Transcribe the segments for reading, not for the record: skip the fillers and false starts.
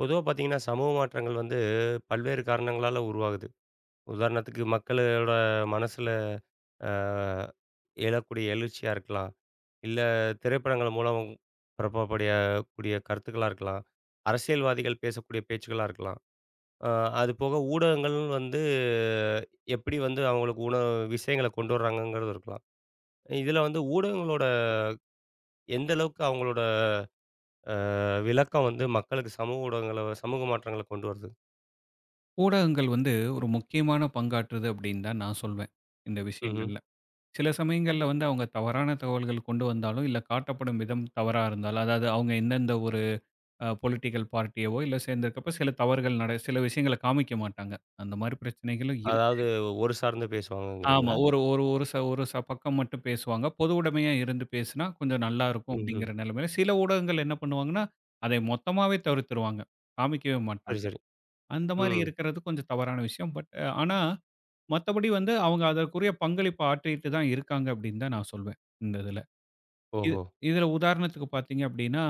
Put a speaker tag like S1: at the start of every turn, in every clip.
S1: பொதுவா பார்த்தீங்கன்னா, சமூக மாற்றங்கள் வந்து பல்வேறு காரணங்களால உருவாகுது. உதாரணத்துக்கு மக்களோட மனசுல அ எழக்கூடிய எழுச்சியா இருக்கலாம். இல்ல திரைப்படங்கள் மூலம் பரப்பப்படக்கூடிய கருத்துக்களா இருக்கலாம். அரசியல்வாதிகள் பேசக்கூடிய பேச்சுக்களா இருக்கலாம். அ அது போக ஊடகங்கள் வந்து எப்படி வந்து அவங்களுக்கு விஷயங்கள கொண்டு வர்றாங்கங்கிறது இருக்கலாம். இதில வந்து ஊடகங்களோட எந்த அளவுக்கு அவங்களோட அ விளக்கம் வந்து மக்களுக்கு சமூக ஊடகங்கள சமூக மாற்றங்கள கொண்டு வருது?
S2: ஊடகங்கள் வந்து ஒரு முக்கியமான பங்காற்றுது அப்படின்னு தான் நான் சொல்வேன் இந்த
S1: ம்ஹ்ம்.
S2: விஷயங்கள்ல. சில சமயங்கள்ல வந்து அவங்க தவறான தகவல்கள் கொண்டு வந்தாலும், இல்ல காட்டப்படும் விதம் தவறா இருந்தாலும், அதாவது அவங்க எந்தெந்த ஒரு பொலிட்டிக்கல் பார்ட்டியவோ இல்ல சேர்ந்திருக்கப்ப சில தவறுகள் சில விஷயங்கள காமிக்க மாட்டாங்க. அந்த மாரி பிரச்சனைகளும் இருக்கு.
S1: அதாவது ஒரு சார்ந்து
S2: ஆமா.
S1: பேசுவாங்கங்கிறீங்களா?
S2: ஒரு ஒரு ஒரு ச ஒரு ச பக்கம் மட்டும் பேசுவாங்க. பொது உடைமையா இருந்து பேசுனா கொஞ்சம் நல்லாருக்கும்
S1: ம்ஹ்ம்.
S2: அப்படிங்கிற நிலைமையில, சில ஊடகங்கள் என்ன பண்ணுவாங்கன்னா, அதை மொத்தமாவே தவிர்த்துருவாங்க. காமிக்கவே
S1: சரி,
S2: மாட்டாங்க.
S1: சரி.
S2: அந்த மாரி
S1: ம்.
S2: இருக்கிறது கொஞ்சம் தவறான விஷயம். ஆனா மத்தபடி வந்து அவங்க அதற்குரிய பங்களிப்ப ஆற்றிட்டு தான் இருக்காங்க அப்படின்னு தான் நான் சொல்வேன் இந்த இதுல. இது
S1: ஓஹோ!
S2: இதுல உதாரணத்துக்கு பார்த்தீங்க அப்படின்னா,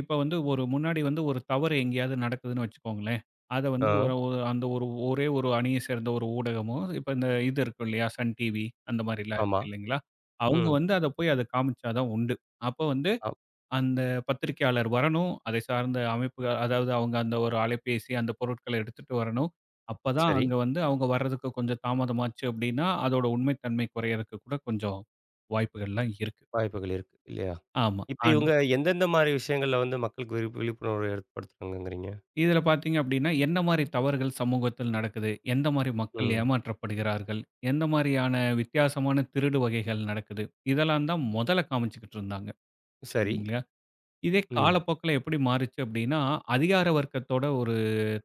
S2: இப்ப வந்து ஒரு முன்னாடி வந்து ஒரு தவறு எங்கேயாவது நடக்குதுன்னு வச்சுக்கோங்களேன். அத வந்து
S1: ஆ.
S2: ஒரு ஒரு அந்த ஒரு ஒரே ஒரு அணிய சேர்ந்த ஒரு ஊடகமோ, இப்ப இந்த இது இருக்கும் இல்லையா? சன் டிவி அந்த மாரிலாம்
S1: ஆமா.
S2: இருக்கு இல்லைங்களா? அவங்க
S1: ம்.
S2: வந்து அத போய் அத காமிச்சா தான் உண்டு. அப்ப வந்து
S1: ஆ.
S2: அந்த பத்திரிக்கையாளர் வரணும். அதை சார்ந்த அமைப்புகள் அதாவது அவங்க அந்த ஒரு அலைபேசி, அந்த பொருட்கள எடுத்துட்டு வரணும். அப்பதான்
S1: சரி.
S2: அங்க வந்து அவங்க வர்றதுக்கு கொஞ்சம் தாமதமாச்சு அப்டின்னா, அதோட உண்மை தன்மை குறையறக்கு கூட கொஞ்சம் வாய்ப்புகள்லாம் இருக்கு.
S1: வாய்ப்புகள் இருக்கு இல்லையா?
S2: ஆமா.
S1: இப்ப இவங்க எந்தெந்த மாரி விஷயங்கள்ல வந்து மக்களுக்கு விழிப்புணர்வு ஏற்படுத்துறாங்கங்கிறீங்க?
S2: இதுல பார்த்தீங்க அப்டின்னா, என்ன மாரி தவறுகள் சமூகத்தில் நடக்குது? எந்த மாரி மக்கள்
S1: ம்.
S2: ஏமாற்றப்படுகிறார்கள்? எந்த மாரியான வித்தியாசமான திருடு வகைகள் நடக்குது? இதெல்லாம் தான் மொதல்ல காமிச்சுக்கிட்டு இருந்தாங்க.
S1: சரி.
S2: சரிங்களா. இதே
S1: ம்.
S2: காலப்போக்குல எப்படி மாறுச்சு அப்படின்னா, அதிகார வர்க்கத்தோட ஒரு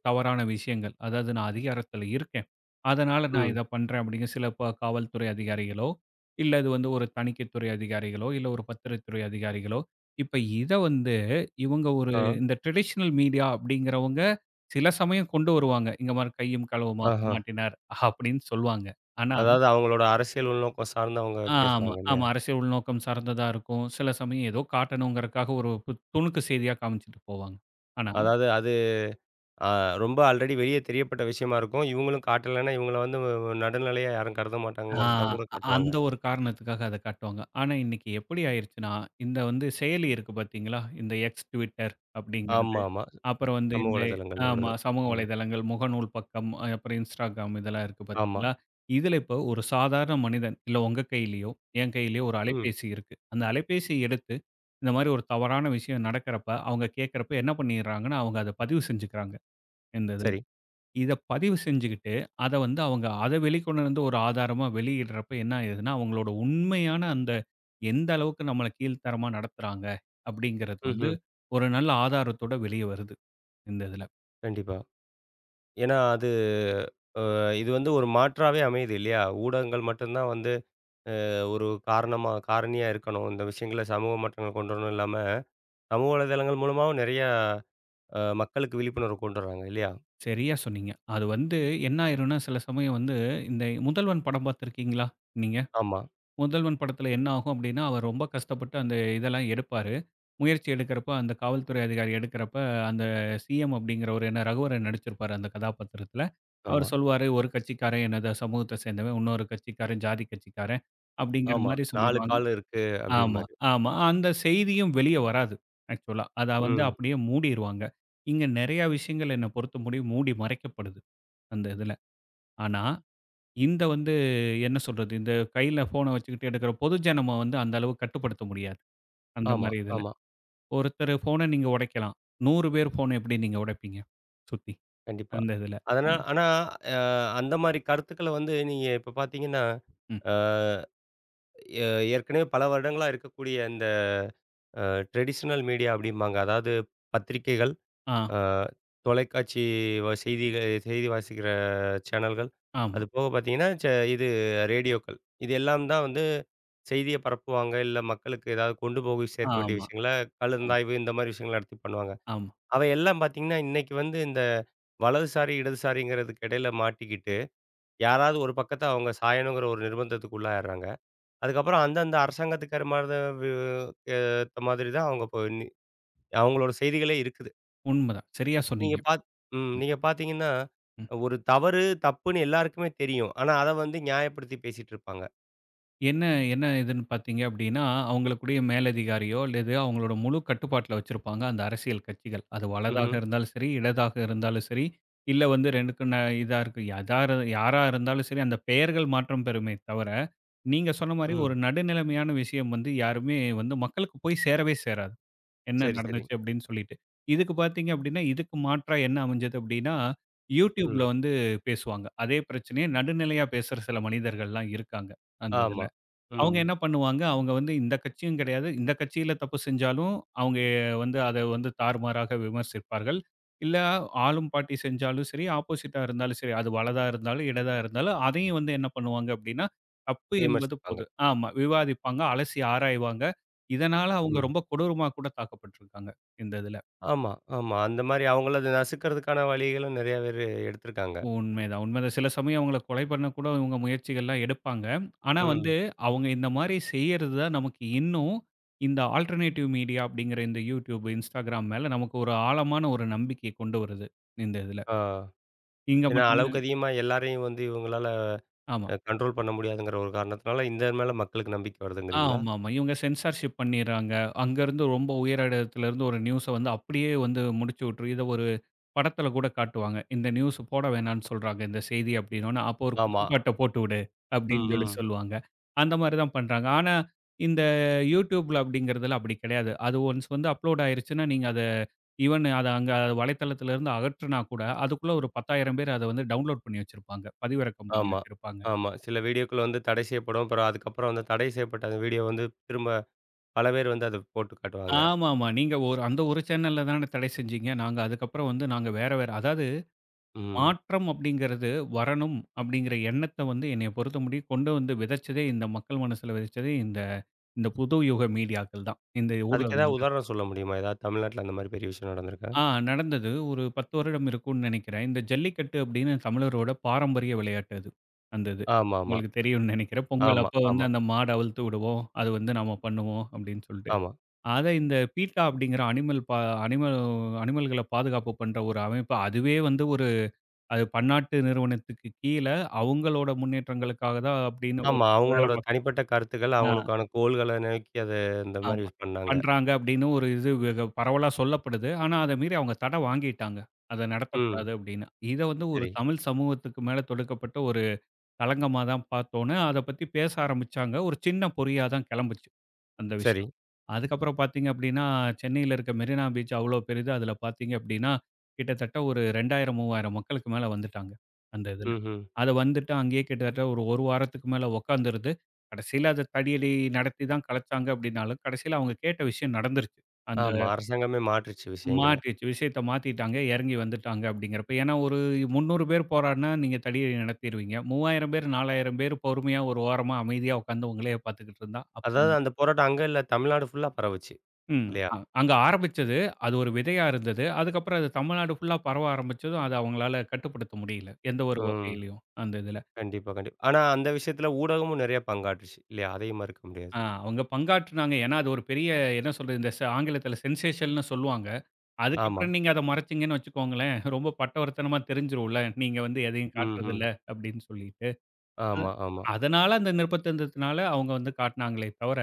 S2: தவறான விஷயங்கள். அதாவது நான் அதிகாரத்துல இருக்கேன். அதனால நான்
S1: ம்.
S2: இத பண்றேன் அப்படிங்க சில காவல்துறை அதிகாரிகளோ, இல்ல இது வந்து ஒரு தணிக்கைத்துறை அதிகாரிகளோ, இல்ல ஒரு பத்திரத்துறை அதிகாரிகளோ, இப்ப இத வந்து இவங்க ஒரு
S1: ஆ.
S2: இந்த ட்ரெடிஷனல் மீடியா அப்படிங்கிறவங்க சில சமயம் கொண்டு வருவாங்க. இங்க பாரு கையும் களவுமாக
S1: ஆஹா.
S2: மாட்டினார் அப்படின்னு சொல்லுவாங்க. ஆனா,
S1: அதாவது அவங்களோட அரசியல் உள்நோக்கம் சார்ந்து அவங்க
S2: ஆமா,
S1: பேசுறாங்க
S2: ஆமா.
S1: இல்லையா?
S2: அரசியல் உள்நோக்கம் சார்ந்ததா இருக்கும். சில சமயம் ஏதோ காட்டணுங்கிறதுக்காக ஒரு துணுக்கு செய்தியா காமிச்சுட்டு போவாங்க. ஆனா.
S1: அதாவது அது அ ரொம்ப ஆல்ரெடி வெளிய தெரியப்பட்ட விஷயமா இருக்கும். இவங்களும் காட்டலன்னா இவங்கள வந்து நடுநிலையா யாரும் கருத
S2: ஆ
S1: மாட்டாங்கங்கிறதுக்காக கூட காட்டுவாங்க.
S2: அந்த ஒரு காரணத்துக்காக அத காட்டுவாங்க. ஆனா, இன்னைக்கு எப்படி ஆயிருச்சுன்னா, இந்த வந்து செயலி இருக்கு பார்த்தீங்களா? இந்த X, Twitter அப்படிங்கிறது.
S1: ஆமாமா.
S2: அப்புறம் வந்து
S1: சமூக
S2: இந்த
S1: வலைதளங்கள்ல
S2: ஆமா
S1: உள்ளது.
S2: சமூக
S1: ம்.
S2: வலைதளங்கள், முகநூல் பக்கம், அப்புறம் Instagram இதெல்லாம் இருக்கு
S1: ஆமா.
S2: பார்த்தீங்களா? இதில இப்போ ஒரு சாதாரண மனிதன், இல்ல உங்க கையிலயோ, என் கையிலயோ ஒரு
S1: ம்.
S2: அலைபேசி இருக்கு. அந்த அலைபேசி எடுத்து இந்த மாரி ஒரு தவறான விஷயம் நடக்கிறப்ப, அவங்க கேட்கிறப்ப என்ன பண்ணிடுறாங்கன்னா, அவங்க அத பதிவு செஞ்சுக்கிறாங்க இந்த இதில.
S1: சரி.
S2: இத பதிவு செஞ்சுகிட்டு, அத வந்து அவங்க அத வெளிக்கொண்டு வந்து ஒரு ஆதாரமா வெளியிடுறப்ப என்ன ஆயிடுதுன்னா, அவங்களோட உண்மையான அந்த எந்த அளவுக்கு நம்மள கீழ்த்தரமா நடத்துறாங்க அப்படிங்கிறது வந்து
S1: ம்ஹ்ம்.
S2: ஒரு நல்ல ஆதாரத்தோட வெளிய வருது இந்த இதுல.
S1: கண்டிப்பா. ஏன்னா அது இது வந்து ஒரு மாற்றாவே அமையுது இல்லையா? ஊடகங்கள் மட்டுந்தான் வந்து ஒரு காரணமா காரணியா இருக்கணும். இந்த விஷயங்கள சமூக மாற்றங்கள் கொண்டு வரணும் இல்லாம, சமூக வலைதளங்கள் மூலமாவும் நெறையா மக்களுக்கு விழிப்புணர்வு கொண்டு வர்றாங்க இல்லையா?
S2: சரியா சொன்னீங்க. அது வந்து என்ன ஆயிரும்னா, சில சமயம் வந்து இந்த முதல்வன் படம் பார்த்திருக்கீங்களா நீங்க?
S1: ஆமா,
S2: முதல்வன் படத்துல என்ன ஆகும் அப்படின்னா, அவர் ரொம்ப கஷ்டப்பட்டு அந்த இதெல்லாம் எடுப்பாரு. முயற்சி எடுக்கிறப்ப அந்த காவல்துறை அதிகாரி எடுக்கிறப்ப, அந்த சிஎம் அப்படிங்கிறவரு என்ன ரகுவரன் நடிச்சிருப்பாரு அந்த கதாபாத்திரத்துல.
S1: ஆமா,
S2: அவர் சொல்வாரு, "ஒரு கட்சிக்காரன் என்னது சமூகத்தை சேர்ந்தவன், இன்னொரு கட்சிக்காரன் ஜாதி கட்சிக்காரன்" அப்படிங்கிற
S1: ஆமா.
S2: மாரி
S1: 4
S2: சொல்லிருவாங்க.
S1: கால் இருக்கு
S2: ஆமா,
S1: அப்படிம்பாரு.
S2: ஆமா. அந்த செய்தியும் வெளிய வராது ஆக்சுவலா. அத வந்து
S1: ம்.
S2: அப்படியே மூடிருவாங்க. இங்க நெறைய விஷயங்கள் என்ன பொறுத்தமுடியும் மூடி மறைக்கப்படுது அந்த இதுல. ஆனா இந்த வந்து என்ன சொல்றது? இந்த கையில ஃபோன வச்சுக்கிட்டு எடுக்கிற பொதுஜனம வந்து அந்த அளவு கட்டுப்படுத்த முடியாது அந்த
S1: ஆமா,
S2: மாரி இதுல.
S1: ஆமா.
S2: ஒருத்தர் ஃபோன நீங்க உடைக்கலாம். 100 பேர் ஃபோன எப்படி நீங்க உடைப்பீங்க? சுத்தி
S1: கண்டிப்பா.
S2: அந்த இதுல.
S1: அதனா
S2: ஆமா.
S1: ஆனா அ அந்த மாரி கருத்துக்கள வந்து நீங்க இப்ப பார்த்தீங்கன்னா,
S2: ம்.
S1: அ எ ஏற்கனவே பல வருடங்களா இருக்கக்கூடிய இந்த ட்ரெடிஷ்னல் மீடியா அப்படிம்பாங்க. அதாவது பத்திரிக்கைகள்,
S2: ஆ.
S1: அ தொலைக்காட்சி வ செய்திகள் செய்தி வாசிக்கிற சேனல்கள்.
S2: ஆமா,
S1: அது போக பார்த்தீங்கன்னா, ச இது ரேடியோக்கள். இது எல்லாம் தான் வந்து செய்திய பரப்புவாங்க. இல்ல மக்களுக்கு ஏதாவது கொண்டு போய் சேர்க்க வேண்டிய
S2: ஆமா,
S1: விஷயங்கள
S2: ஆமா,
S1: கலந்தாய்வு இந்த மாரி விஷயங்கள் நடத்தி பண்ணுவாங்க.
S2: ஆமா.
S1: அவை எல்லாம் பார்த்தீங்கன்னா, இன்னைக்கு வந்து இந்த வலதுசாரி, இடதுசாரிங்கிறதுக்கு இடையில மாட்டிக்கிட்டு, யாராவது ஒரு பக்கத்த அவங்க சாயணுங்கிற ஒரு நிர்பந்தத்துக்கு உள்ளாயிடுறாங்க. அதுக்கப்புறம் அந்தந்த அரசாங்கத்துக்கு ஏற மாரி தான் ஏத்த மாதிரி தான் அவங்க போய் அவங்களோட செய்திகளே இருக்குது.
S2: உண்மதான். சரியா
S1: நீங்க
S2: சொன்னீங்க.
S1: பாத் ம். நீங்க பாத்தீங்கன்னா, ஒரு தவறு, தப்புன்னு எல்லாருக்குமே தெரியும். ஆனா, அத வந்து நியாயப்படுத்தி பேசிட்டு இருப்பாங்க.
S2: என்ன என்ன இதுன்னு பார்த்தீங்க அப்படின்னா, அவங்களுக்குடைய மேலதிகாரியோ, அல்லது அவங்களோட முழு கட்டுப்பாட்டுல வச்சிருப்பாங்க அந்த அரசியல் கட்சிகள். அது ம். வலதாக
S1: ம்ஹ்ம்.
S2: இருந்தாலும் சரி, இடதாக இருந்தாலும் சரி, இல்ல வந்து 2க்கும் இதா இருக்கு. யாரா இருந்தாலும் சரி, அந்த பெயர்கள் மாற்றம் பெறுமே தவிர, நீங்க சொன்ன மாரி ஒரு
S1: ம்.
S2: நடுநிலைமையான விஷயம் வந்து யாருமே வந்து மக்களுக்கு போய் சேரவே சேராது. என்ன
S1: சரி, சரி.
S2: நடந்துச்சு அப்படின்னு சொல்லிட்டு. இதுக்கு பார்த்தீங்க அப்படின்னா, இதுக்கு மாற்றா என்ன அமைஞ்சது அப்படின்னா, YouTubeல
S1: ம்.
S2: வந்து பேசுவாங்க. அதே பிரச்சனைய நடுநிலையா பேசுற சில மனிதர்கள்லாம் இருக்காங்க அந்த இதுல.
S1: ஆமா. ம்.
S2: அவங்க என்ன பண்ணுவாங்க, அவங்க வந்து இந்த கட்சியும் கிடையாது. இந்த கட்சியில தப்பு செஞ்சாலும், அவங்க வந்து அத வந்து தாறுமாறாக விமர்சிப்பார்கள். இல்ல ஆளும் பார்ட்டி செஞ்சாலும் சரி, ஆப்போசிட்டா இருந்தாலும் சரி, அது வலதா இருந்தாலும், இடதா இருந்தாலும், அதையும் வந்து என்ன பண்ணுவாங்க அப்படின்னா, தப்பு என்பது
S1: விமர்சிப்பாங்க.
S2: பொது. ஆமா. விவாதிப்பாங்க, அலசி ஆராய்வாங்க. இதனால அவங்க
S1: ம்.
S2: ரொம்ப கொடூரமா கூட தாக்கப்பட்டுருக்காங்க இந்த இதுல.
S1: ஆமா, ஆமா. அந்த மாரி அவங்கள அத நசுக்கிறதுக்கான வழிகளும் நெறைய பேரு எடுத்திருக்காங்க.
S2: உண்மைதான், உண்மைதான். சில சமயம் அவங்கள கொலை பண்ண கூட இவங்க முயற்சிகள்லாம் எடுப்பாங்க. ஆனா ஆமா. வந்து
S1: ம்.
S2: அவங்க இந்த மாரி செய்யறது தான் நமக்கு இன்னும் இந்த ஆல்டர்னேட்டிவ் மீடியா அப்படிங்கிற இந்த YouTube, Instagram மேல நமக்கு ஒரு ஆழமான ஒரு நம்பிக்கைய கொண்டு வருது இந்த இதுல.
S1: ஆ.
S2: இங்க
S1: ஏன்னா,
S2: மட்டும்
S1: அளவுக்கு
S2: தான்
S1: அதிகமா எல்லாரையும் வந்து இவங்களால
S2: ஆமா.
S1: கண்ட்ரோல் பண்ண முடியாதுங்கிற ஒரு காரணத்தினால, இந்த மேல மக்களுக்கு நம்பிக்கை வருதுங்கிறீங்களா?
S2: ஆமாமா. இவங்க சென்சார்ஷிப் பண்ணிர்றாங்க. அங்கருந்து ரொம்ப உயர் இடத்திலருந்து ஒரு நியூஸ வந்து அப்படியே வந்து முடிச்சு விட்டுரு. இத ஒரு படத்துல கூட காட்டுவாங்க. இந்த நியூஸ் போட வேணாம்னு சொல்றாங்க. இந்த செய்தி அப்டின்னோன, அப்போ ஒரு
S1: ஆமா.
S2: குத்துப்பாட்ட போட்டு விடு அப்டின்னு
S1: ம்,
S2: சொல்லி
S1: ம்.
S2: சொல்லுவாங்க. அந்த மாரி தான் பண்றாங்க. ஆனா, இந்த YouTubeல அப்டிங்கிறதுல அப்டி கிடையாது. அது ஒன்ஸ் வந்து அப்லோட் ஆயிருச்சுன்னா, நீங்க அத ஈவன் அத அங்க வலைத்தளத்துல இருந்து அகற்றுனா கூட, அதுக்குள்ள ஒரு 10,000 பேர் அத வந்து டவுன்லோட் பண்ணி வச்சிருப்பாங்க. பதிவிறக்கம் பண்ணி
S1: ஆமா,
S2: வச்சிருப்பாங்க.
S1: ஆமா. சில வீடியோக்கள் வந்து தடை செய்யப்படும். அப்புறம் அதுக்கப்புறம் அந்த தடை செய்யப்பட்ட அந்த வீடியோ வந்து திரும்ப பல பேர் வந்து அத போட்டு காட்டுவாங்க.
S2: ஆமாமா. நீங்க ஒரு அந்த ஒரு சேனல்ல தானே தடை செஞ்சீங்க. நாங்க அதுக்கப்புறம் வந்து நாங்க வேற வேற அதாவது
S1: ம்.
S2: மாற்றம் அப்படிங்கிறது வரணும் அப்படிங்கிற எண்ணத்த வந்து என்னைய பொறுத்த முடியும் கொண்டு வந்து விதைச்சதே இந்த மக்கள் மனசுல விதைச்சதே இந்த இந்த புது யுக மீடியாக்கள் தான். இந்த
S1: அதுக்கு ஏதாவது
S2: ஊடகங்கள் தான்.
S1: உதாரணம் சொல்ல முடியுமா? ஏதாவது தமிழ்நாட்ல அந்த மாரி பெரிய விஷயம் நடந்திருக்கா?
S2: ஆ நடந்தது. ஒரு 10 வருடம் இருக்கும்னு நினைக்கிறேன். இந்த ஜல்லிக்கட்டு அப்படின்னு தமிழரோட பாரம்பரிய விளையாட்டு அது அந்த இது.
S1: ஆமாமா.
S2: உங்களுக்கு தெரியும்னு நினைக்கிறேன்.
S1: ஆமா,
S2: பொங்கல் அப்ப வந்து
S1: ஆமா, ஆமா.
S2: அந்த மாட அவிழ்த்து விடுவோம். அது வந்து நாம பண்ணுவோம் அப்படின்னு சொல்லிட்டு.
S1: ஆமா.
S2: அத இந்த பீட்டா அப்படிங்கிற அனிமல் பா அனிமல் அனிமல்கள பாதுகாப்பு பண்ற ஒரு அமைப்பு அதுவே வந்து அது பன்னாட்டு நிறுவனத்துக்கு கீழ, அவங்களோட முன்னேற்றங்களுக்காக தான் அப்படின்னு ஒரு
S1: ஆமா,
S2: வேல
S1: அவங்களோட
S2: பாக்
S1: தனிப்பட்ட கருத்துக்கள்,
S2: ஆ
S1: அவங்களுக்கான கோள்கள நோக்கி அத இந்த
S2: ஆமா.
S1: மாரி பண்ணாங்க.
S2: பண்றாங்க அப்படின்னு ஒரு இது வெக பரவலா சொல்லப்படுது. ஆனா, அத மீறி அவங்க தட வாங்கிட்டாங்க. அத
S1: ம்.
S2: நடத்தக்கூடாது அப்படின்னு. இத வந்து ஒரு
S1: சரி,
S2: தமிழ் சமூகத்துக்கு மேல தொடுக்கப்பட்ட களங்கமா தான் பார்த்தோன்னு, அத பத்தி பேச ஆரம்பிச்சாங்க. ஒரு சின்ன பொறியா தான் கெளம்புச்சு அந்த
S1: சரி.
S2: விஷயம். அதுக்கப்புறம் பார்த்தீங்க அப்டின்னா, சென்னையில இருக்க மெரினா பீச் அவ்ளோ பெரிது. அதுல பார்த்தீங்க அப்டின்னா, கிட்டத்தட்ட ஒரு 2000, 3000 மக்களுக்கு மேல வந்துட்டாங்க அந்த இதுல.
S1: ம்ஹ்ம்.
S2: அது வந்துட்டு அங்கேயே கிட்டத்தட்ட ஒரு 1 வாரத்துக்கு மேல உக்காந்துருந்து, கடைசியில அத தடியடி நடத்தி தான் கலச்சாங்க அப்டின்னாலும், கடைசியில அவங்க கேட்ட விஷயம் நடந்துருச்சு அந்த.
S1: ஆமா. அரசாங்கமே மாற்றுச்சு விஷயங்கள.
S2: மாத்திருச்சு. விஷயத்த மாத்திட்டாங்க. இறங்கி வந்துட்டாங்க அப்படிங்கிறப்ப. ஏன்னா ஒரு 300 பேர் போறான்னா, நீங்க தடியை நடத்திருவீங்க. 3000 பேர், 4000 பேர் பொறுமையா ஒரு ஓரமா அமைதியா உட்கார்ந்து உங்களையே பார்த்துக்கிட்டு இருந்தா, அப்பம்
S1: அதாவது அந்த போராட்டம் அங்க இல்ல, தமிழ்நாடு ஃபுல்லா பரவுச்சு.
S2: ம்.
S1: இல்லையா?
S2: அங்க ஆரம்பிச்சது. அது ஒரு விதையா இருந்தது. அதுக்கப்புறம் அது தமிழ்நாடு ஃபுல்லா பரவ ஆரம்பிச்சதும், அத அவங்களால கட்டுப்படுத்த முடியல. எந்த ஒரு
S1: ம்.
S2: வகையிலயும் அந்த இதுல.
S1: கண்டிப்பா, கண்டிப்பா. ஆனா அந்த விஷயத்துல ஊடகமும் நெறைய பங்காற்றுச்சு. இல்லையா? அதையும் மறுக்க முடியாது.
S2: அவங்க பங்காற்றுனாங்க. ஏன்னா அது ஒரு பெரிய என்ன சொல்றது, இந்த ஆங்கிலத்தில சென்சேஷன்னு சொல்லுவாங்க.
S1: ஆமா.
S2: அதுக்கப்புறம் நீங்க அத மறைச்சீங்கன்னு வச்சுக்கோங்களேன், ரொம்ப பட்டவர்த்தனமா தெரிஞ்சுரும்ல. நீங்க வந்து எதையும்
S1: ம்ஹ்ம்.
S2: காட்டுறதில்ல அப்படின்னு சொல்லி. அ
S1: ஆமா, ஆமா.
S2: அதனால அந்த நிர்பந்தத்தினால அவங்க வந்து காட்டினாங்களே தவிர,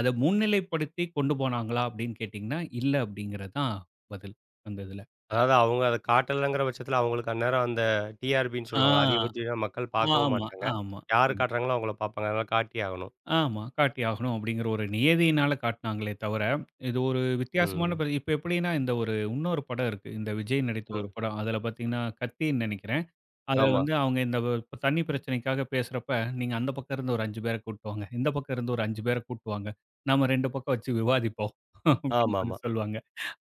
S2: அத முன்னிலைப்படுத்தி கொண்டு போனாங்களா அப்படின்னு கேட்டீங்கன்னா, இல்ல அப்படிங்கிறது தான் பதில் அந்த இதுல.
S1: அதாவது அவங்க அத காட்டலங்கிற பட்சத்துல அவங்களுக்கு அந்நேரம் அந்த டிஆர்பின்னு
S2: ஆ,
S1: சொல்லுவாங்கல்ல. அதிகபட்ச மக்கள் பார்க்கவும்
S2: ஆமா,
S1: மாட்டாங்க.
S2: ஆமா.
S1: யார்
S2: ம்.
S1: காட்டுறாங்களோ அவங்கள பார்ப்பாங்க. அதனால காட்டியே ஆகணும்.
S2: ஆமா. காட்டி ஆகணும் அப்படிங்கிற ஒரு நியதியினால காட்டினாங்களே தவிர, இது ஒரு வித்தியாசமான
S1: ம்.
S2: இப்ப எப்படின்னா இந்த ஒரு இன்னொரு படம் இருக்கு. இந்த விஜய் நடித்த ஒரு
S1: ம்.
S2: படம். அதுல பார்த்தீங்கன்னா, கத்தின்னு நினைக்கிறேன். அதுல
S1: ஆமா.
S2: வந்து அவங்க இந்த தண்ணி பிரச்சனைக்காக பேசுறப்ப, நீங்க அந்த பக்கம் இருந்து ஒரு 5 பேர கூட்டு வாங்க. இந்த பக்கம் இருந்து ஒரு 5 பேர கூட்டு வாங்க. நாம 2 பக்கம் வச்சு விவாதிப்போம். அப்படின்னு சொல்லி
S1: ஆமாமா.
S2: சொல்லுவாங்க.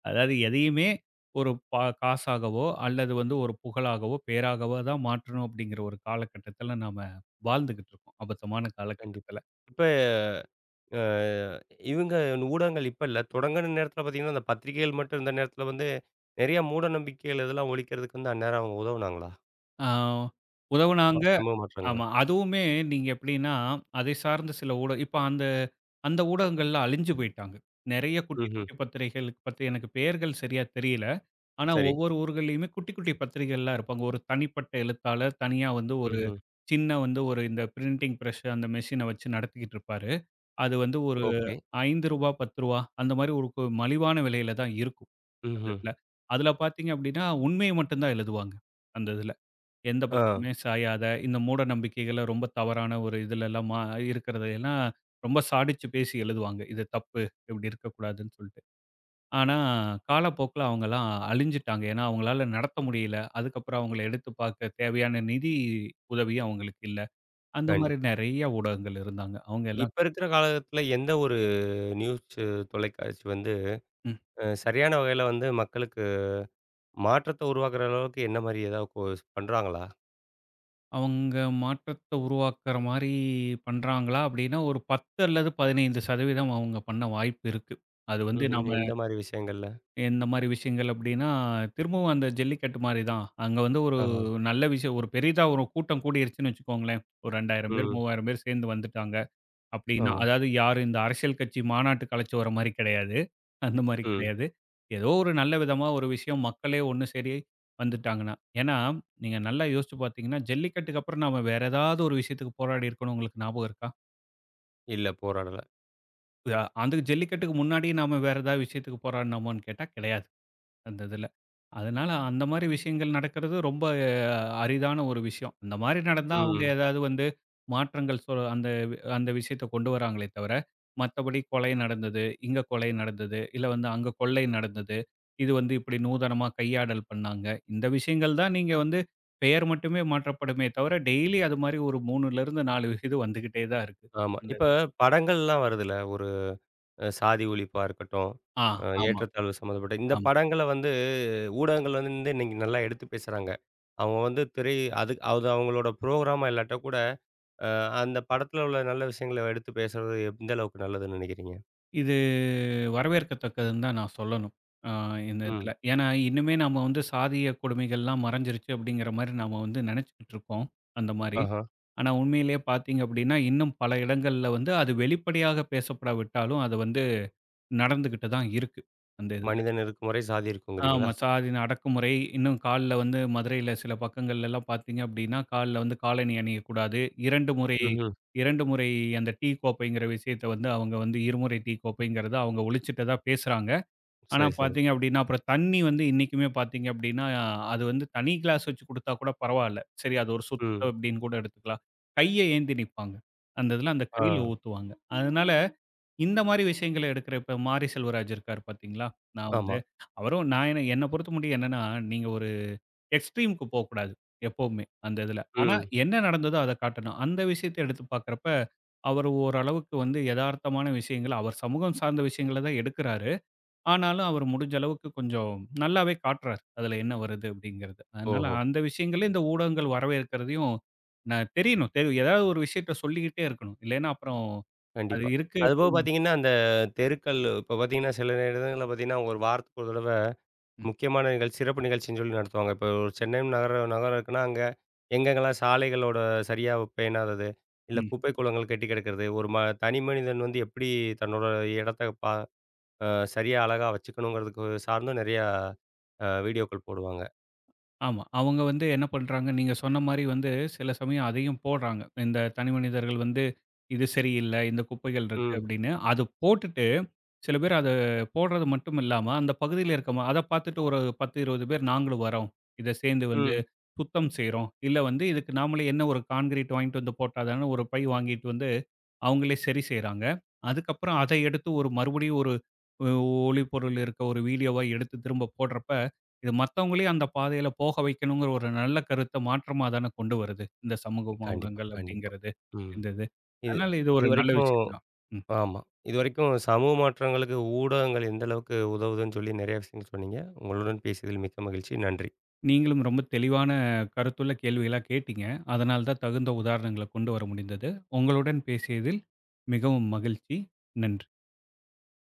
S2: அதாவது எதையுமே ஒரு காசாகவோ, அல்லது வந்து ஒரு புகழாகவோ, பேராகவோ தான் மாற்றணும் அப்படிங்கிற ஒரு காலகட்டத்துல நாம வாழ்ந்துகிட்டு இருக்கோம். அபத்தமான
S1: கண்டிப்பா.
S2: காலகட்டத்துல.
S1: இப்ப அ இவங்க ஊடகங்கள் இப்ப இல்ல. தொடங்குன நேரத்துல பார்த்தீங்கன்னா, அந்த பத்திரிகைகள் மட்டும் இருந்த நேரத்துல வந்து நெறைய மூட நம்பிக்கைகள் இதெல்லாம் ஒழிக்கிறதுக்கு வந்து அந்நேரம் அவங்க உதவுனாங்களா?
S2: ஆ ம்.
S1: ஆ,
S2: உதவுனாங்க.
S1: சமூக மாற்றங்களா?
S2: ஆமா. அதுவுமே நீங்க எப்படின்னா, அதை சார்ந்த சில இப்ப அந்த அந்த ஊடகங்கள்ல அழிஞ்சு போயிட்டாங்க. நெறைய குட்டி,
S1: ம்ஹ்ம்.
S2: குட்டி பத்திரிகைகளுக்கு பத்தி எனக்கு பெயர்கள் சரியா தெரியல. ஆனா
S1: சரி.
S2: ஒவ்வொரு ஊர்கள்லயுமே குட்டி, குட்டி பத்திரிகைகள்லாம் இருப்பாங்க. ஒரு தனிப்பட்ட எழுத்தாளர் தனியா வந்து ஒரு
S1: ம்ஹ்ம்.
S2: சின்ன வந்து ஒரு இந்த பிரிண்டிங் பிரஸ் அந்த மெஷின வச்சு நடத்திக்கிட்டு இருப்பாரு. அது வந்து ஒரு ரூ.
S1: ஓகே.
S2: 5 ரூ. 10 அந்த மாரி ஒரு மலிவான விலையில தான் இருக்கும் அந்த
S1: ம்ஹ்ம்.
S2: இதுல. அதுல பார்த்தீங்க அப்படின்னா, உண்மைய மட்டும் தான் எழுதுவாங்க அந்த இதுல. எந்த
S1: ஆ.
S2: பக்கமுமே சாயாத, இந்த மூட நம்பிக்கைகள ரொம்ப தவறான ஒரு இதுலலாம் இருக்கிறத எல்லாம் ரொம்ப சாடிச்சு பேசி எழுதுவாங்க. இது தப்பு, இப்படி இருக்கக்கூடாதுன்னு சொல்ட்டு. ஆனா, காலப்போக்குல அவங்கலாம் அழிஞ்சுட்டாங்க. ஏன்னா, அவங்களால நடத்த முடியல. அதுக்கப்புறம் அவங்கள எடுத்து பார்க்க தேவையான நிதி உதவி அவங்களுக்கு இல்ல. அந்த மாரி
S1: கண்டிப்பா.
S2: நெறைய ஊடகங்கள் இருந்தாங்க. அவங்க எல்லாம்
S1: இப்ப இருக்கிற காலகட்டத்துல எந்த ஒரு நியூஸு தொலைக்காட்சி வந்து
S2: ம்.
S1: சரியான வகையில வந்து மக்களுக்கு மாற்றத்த உருவாக்குற அளவுக்கு என்ன மாரி ஏதாவது பண்றாங்களா?
S2: அவங்க மாற்றத்த உருவாக்குற மாரி பண்றாங்களா? அப்படின்னா, ஒரு 10 அல்லது 15% அவங்க பண்ண வாய்ப்பு இருக்கு. அது வந்து
S1: ம்ஹ்ம்.
S2: நாம
S1: எந்த மாரி விஷயங்கள்ல?
S2: இந்த மாரி விஷயங்கள் அப்டின்னா, திரும்பவும் அந்த ஜல்லிக்கட்டு மாரி தான். அங்க வந்து ஒரு
S1: ஆஹா.
S2: நல்ல விஷயம் ஒரு பெரிதா ஒரு கூட்டம் கூடிருச்சுன்னு வச்சுக்கோங்களேன். ஒரு 2000 பேர்,
S1: ம்.
S2: 3000 பேர் சேர்ந்து வந்துட்டாங்க அப்டின்னா,
S1: ஆமா.
S2: அதாவது யாரும் இந்த அரசியல் கட்சி மாநாட்டுக்கு அழைச்சு வர மாரி கிடையாது. அந்த மாரி
S1: ம்.
S2: கிடையாது. ஏதோ ஒரு நல்ல விதமா ஒரு விஷயம் மக்களே ஒண்ணு சேரி வந்துட்டாங்கன்னா. ஏன்னா, நீங்க நல்லா யோசிச்சு பார்த்தீங்கன்னா, ஜல்லிக்கட்டுக்கு அப்புறம் நாம வேற ஏதாவது ஒரு விஷயத்துக்கு போராடி இருக்கோம்னு உங்களுக்கு ஞாபகம் இருக்கா?
S1: இல்ல போராடல.
S2: அந்த ஜல்லிக்கட்டுக்கு முன்னாடி நாம வேற ஏதாவது விஷயத்துக்கு போராடுனோமான்னு கேட்டா கிடையாது அந்த இதில. அதனால அந்த மாரி விஷயங்கள் நடக்கிறது ரொம்ப அரிதான ஒரு விஷயம். அந்த மாரி நடந்தா ம். அவங்க
S1: ம்.
S2: ஏதாவது வந்து மாற்றங்கள் அந்த விஷயத்த கொண்டு வராங்களே தவிர, மத்தபடி கொலை நடந்தது, இங்க கொலை நடந்தது, இல்ல வந்து அங்க கொள்ளை நடந்தது. இது வந்து இப்படி நூதனமா கையாடல் பண்ணாங்க. இந்த விஷயங்கள் தான் நீங்க வந்து பெயர் மட்டுமே மாற்றப்படுமே தவிர, டெய்லி அது மாரி ஒரு 3லிருந்து 4 இது வந்துகிட்டே தான் இருக்கு
S1: ஆமா.
S2: இந்த
S1: இப்ப
S2: இது.
S1: படங்கள்லாம் வருதுல்ல. ஒரு சாதி ஒழிப்பா இருக்கட்டும்,
S2: ஆ, ஆமா,
S1: ஏற்றத்தாழ்வு சம்மந்தப்பட்ட இந்த
S2: ஆமா.
S1: படங்கள வந்து ஊடகங்கள் வந்து இன்னைக்கு நல்லா எடுத்து பேசுறாங்க. அவங்க வந்து திரை அது அது அவங்களோட புரோகிராமா இல்லாட்டா கூட அ அந்த படத்துல உள்ள நல்ல விஷயங்கள எடுத்து பேசுறது எந்த அளவுக்கு நல்லதுன்னு நினைக்கிறீங்க?
S2: இது வரவேற்கத்தக்கதுன்னு தான் நான் சொல்லணும். ஆ இந்த
S1: ம்.
S2: இதில. ஏன்னா, இன்னுமே நாம வந்து சாதிய கொடுமைகள்லாம் மறைஞ்சிருச்சு அப்படிங்கிற மாரி நாம வந்து நெனச்சுக்கிட்டு இருக்கோம் அந்த மாரி.
S1: ஆஹா.
S2: ஆனா உண்மையிலேயே பார்த்தீங்க அப்படின்னா, இன்னும் பல இடங்கள்ல வந்து அது வெளிப்படையாக பேசப்படாவிட்டாலும், அது வந்து நடந்துகிட்டு தான் இருக்கு அந்த இதுல.
S1: மனிதன் இருக்கும் வரை சாதி
S2: ஆமா.
S1: இருக்குங்கிறீங்களா?
S2: சாதின அடக்குமுறை, இன்னும் கால்ல வந்து மதுரையில சில பக்கங்கள்லலாம் பார்த்தீங்க அப்படின்னா, கால்ல வந்து காலணி அணியக்கூடாது. 2 முறை
S1: ம்ஹ்ம்.
S2: 2 முறை அந்த டீ கோப்பைங்கிற விஷயத்த வந்து அவங்க வந்து இருமுறை டீ கோப்பைங்கிறத அவங்க ஒழிச்சிட்டதா பேசுறாங்க. ஆனா
S1: சரி, சரி.
S2: பார்த்தீங்க அப்படின்னா, அப்புறம் தண்ணி வந்து இன்னைக்குமே பார்த்தீங்க அப்படின்னா, அது வந்து தனி கிளாஸ் வச்சு குடுத்தா கூட பரவால்ல. சரி அது ஒரு சுத்தம்
S1: ம்.
S2: அப்படின்னு கூட எடுத்துக்கலாம். கைய ஏந்தி நிப்பாங்க. அந்த இதில அந்த
S1: ஆ.
S2: கையில ஊத்துவாங்க. அதனால இந்த மாரி விஷயங்கள எடுக்கிற இப்ப மாரி செல்வராஜ் இருக்காரு பார்த்தீங்களா? நான் வந்து
S1: ஆமா.
S2: அவரும் நான் என்ன என்ன பொறுத்தமட்டியும் என்னன்னா, நீங்க ஒரு எக்ஸ்ட்ரீம்க்கு போக்கூடாது எப்பவுமே அந்த இதுல. ஆனா
S1: ம்.
S2: என்ன நடந்ததோ அத காட்டணும். அந்த விஷயத்த எடுத்து பார்க்கிறப்ப, அவரு ஓரளவுக்கு வந்து எதார்த்தமான விஷயங்கள அவர் சமூகம் சார்ந்த விஷயங்கள தான் எடுக்கிறாரு. ஆனாலும் அவர் முடிஞ்ச அளவுக்கு கொஞ்சம் நல்லாவே காட்டுறாரு. அதுல என்ன வருது அப்படிங்கிறது. அதனால
S1: ஓஹோ!
S2: அந்த விஷயங்கள இந்த ஊடகங்கள் வரவேற்கிறதையும் நான் தெரியணும். ஏதாவது ஒரு விஷயத்த சொல்லிக்கிட்டே இருக்கணும். இல்லைன்னா அப்புறம் அது
S1: கண்டிப்பா.
S2: இருக்கு.
S1: அதுபோக பார்த்தீங்கன்னா, அந்த தெருக்கள் இப்ப பார்த்தீங்கன்னா, சில இடங்கள்ல பார்த்தீங்கன்னா, ஒரு வாரத்துக்கு ஒரு தடவ முக்கியமான நிகழ்ச்சி, சிறப்பு நிகழ்ச்சின்னு சொல்லி நடத்துவாங்க. இப்போ ஒரு சென்னை நகரம் நகரம் இருக்குன்னா, அங்க எங்கெங்கெல்லாம் சாலைகளோட சரியா பேணாதது, இல்ல
S2: ம்.
S1: குப்பை கூளங்கள் கெட்டி கிடக்கிறது, ஒரு ம தனி மனிதன் வந்து எப்படி தன்னோட இடத்த பா அ சரியா அழகா வச்சுக்கணுங்கிறதுக்கு சார்ந்தும் நெறையா வீடியோக்கள் போடுவாங்க.
S2: ஆமா. அவங்க வந்து என்ன பண்றாங்க, நீங்க சொன்ன மாரி வந்து சில சமயம் அதையும் போடுறாங்க. இந்த தனி மனிதர்கள் வந்து இது சரியில்ல, இந்த குப்பைகள் இருக்கு
S1: ம்,
S2: அப்படின்னு. அது போட்டுட்டு சில பேர் அத போடுறது மட்டும் இல்லாம, அந்த பகுதியில இருக்க அத பார்த்துட்டு ஒரு 10, 20 பேர் நாங்களும் வரோம். இத சேர்ந்து வந்து
S1: ம்.
S2: சுத்தம் செய்றோம். இல்ல வந்து இதுக்கு நாமளே என்ன ஒரு கான்கிரீட் வாங்கிட்டு வந்து போட்டா தானே ஒரு பை வாங்கிட்டு வந்து அவங்களே சரி செய்றாங்க. அதுக்கப்புறம் அத எடுத்து ஒரு மறுபடியும் ஒரு ஒ ஒளிப்பொருள் இருக்க ஒரு வீடியோவா எடுத்து திரும்ப போடுறப்ப, இது மத்தவங்களையும் அந்த பாதையில போக வைக்கணுங்கிற ஒரு நல்ல கருத்த மாற்றமா தானே கொண்டு வருது இந்த சமூக
S1: கண்டிப்பா,
S2: ஊடகங்கள்
S1: கண்டிப்பா.
S2: அப்படிங்கிறது
S1: ம்.
S2: இந்த இது.
S1: இது
S2: அதனால இது ஒரு நல்ல
S1: இதுவரைக்கும்
S2: விஷயம் தான். ம்.
S1: ஆமா. இதுவரைக்கும் சமூக மாற்றங்களுக்கு ஊடகங்கள் எந்த அளவுக்கு உதவுதுன்னு சொல்லி நெறைய விஷயங்கள் சொன்னீங்க. உங்களுடன் பேசியதில் மிக்க மகிழ்ச்சி. நன்றி.
S2: நீங்களும் ரொம்ப தெளிவான கருத்துள்ள கேள்விகளா கேட்டீங்க. அதனால தான் தகுந்த உதாரணங்கள கொண்டு வர முடிந்தது. உங்களுடன் பேசியதில் மிகவும் மகிழ்ச்சி. நன்றி.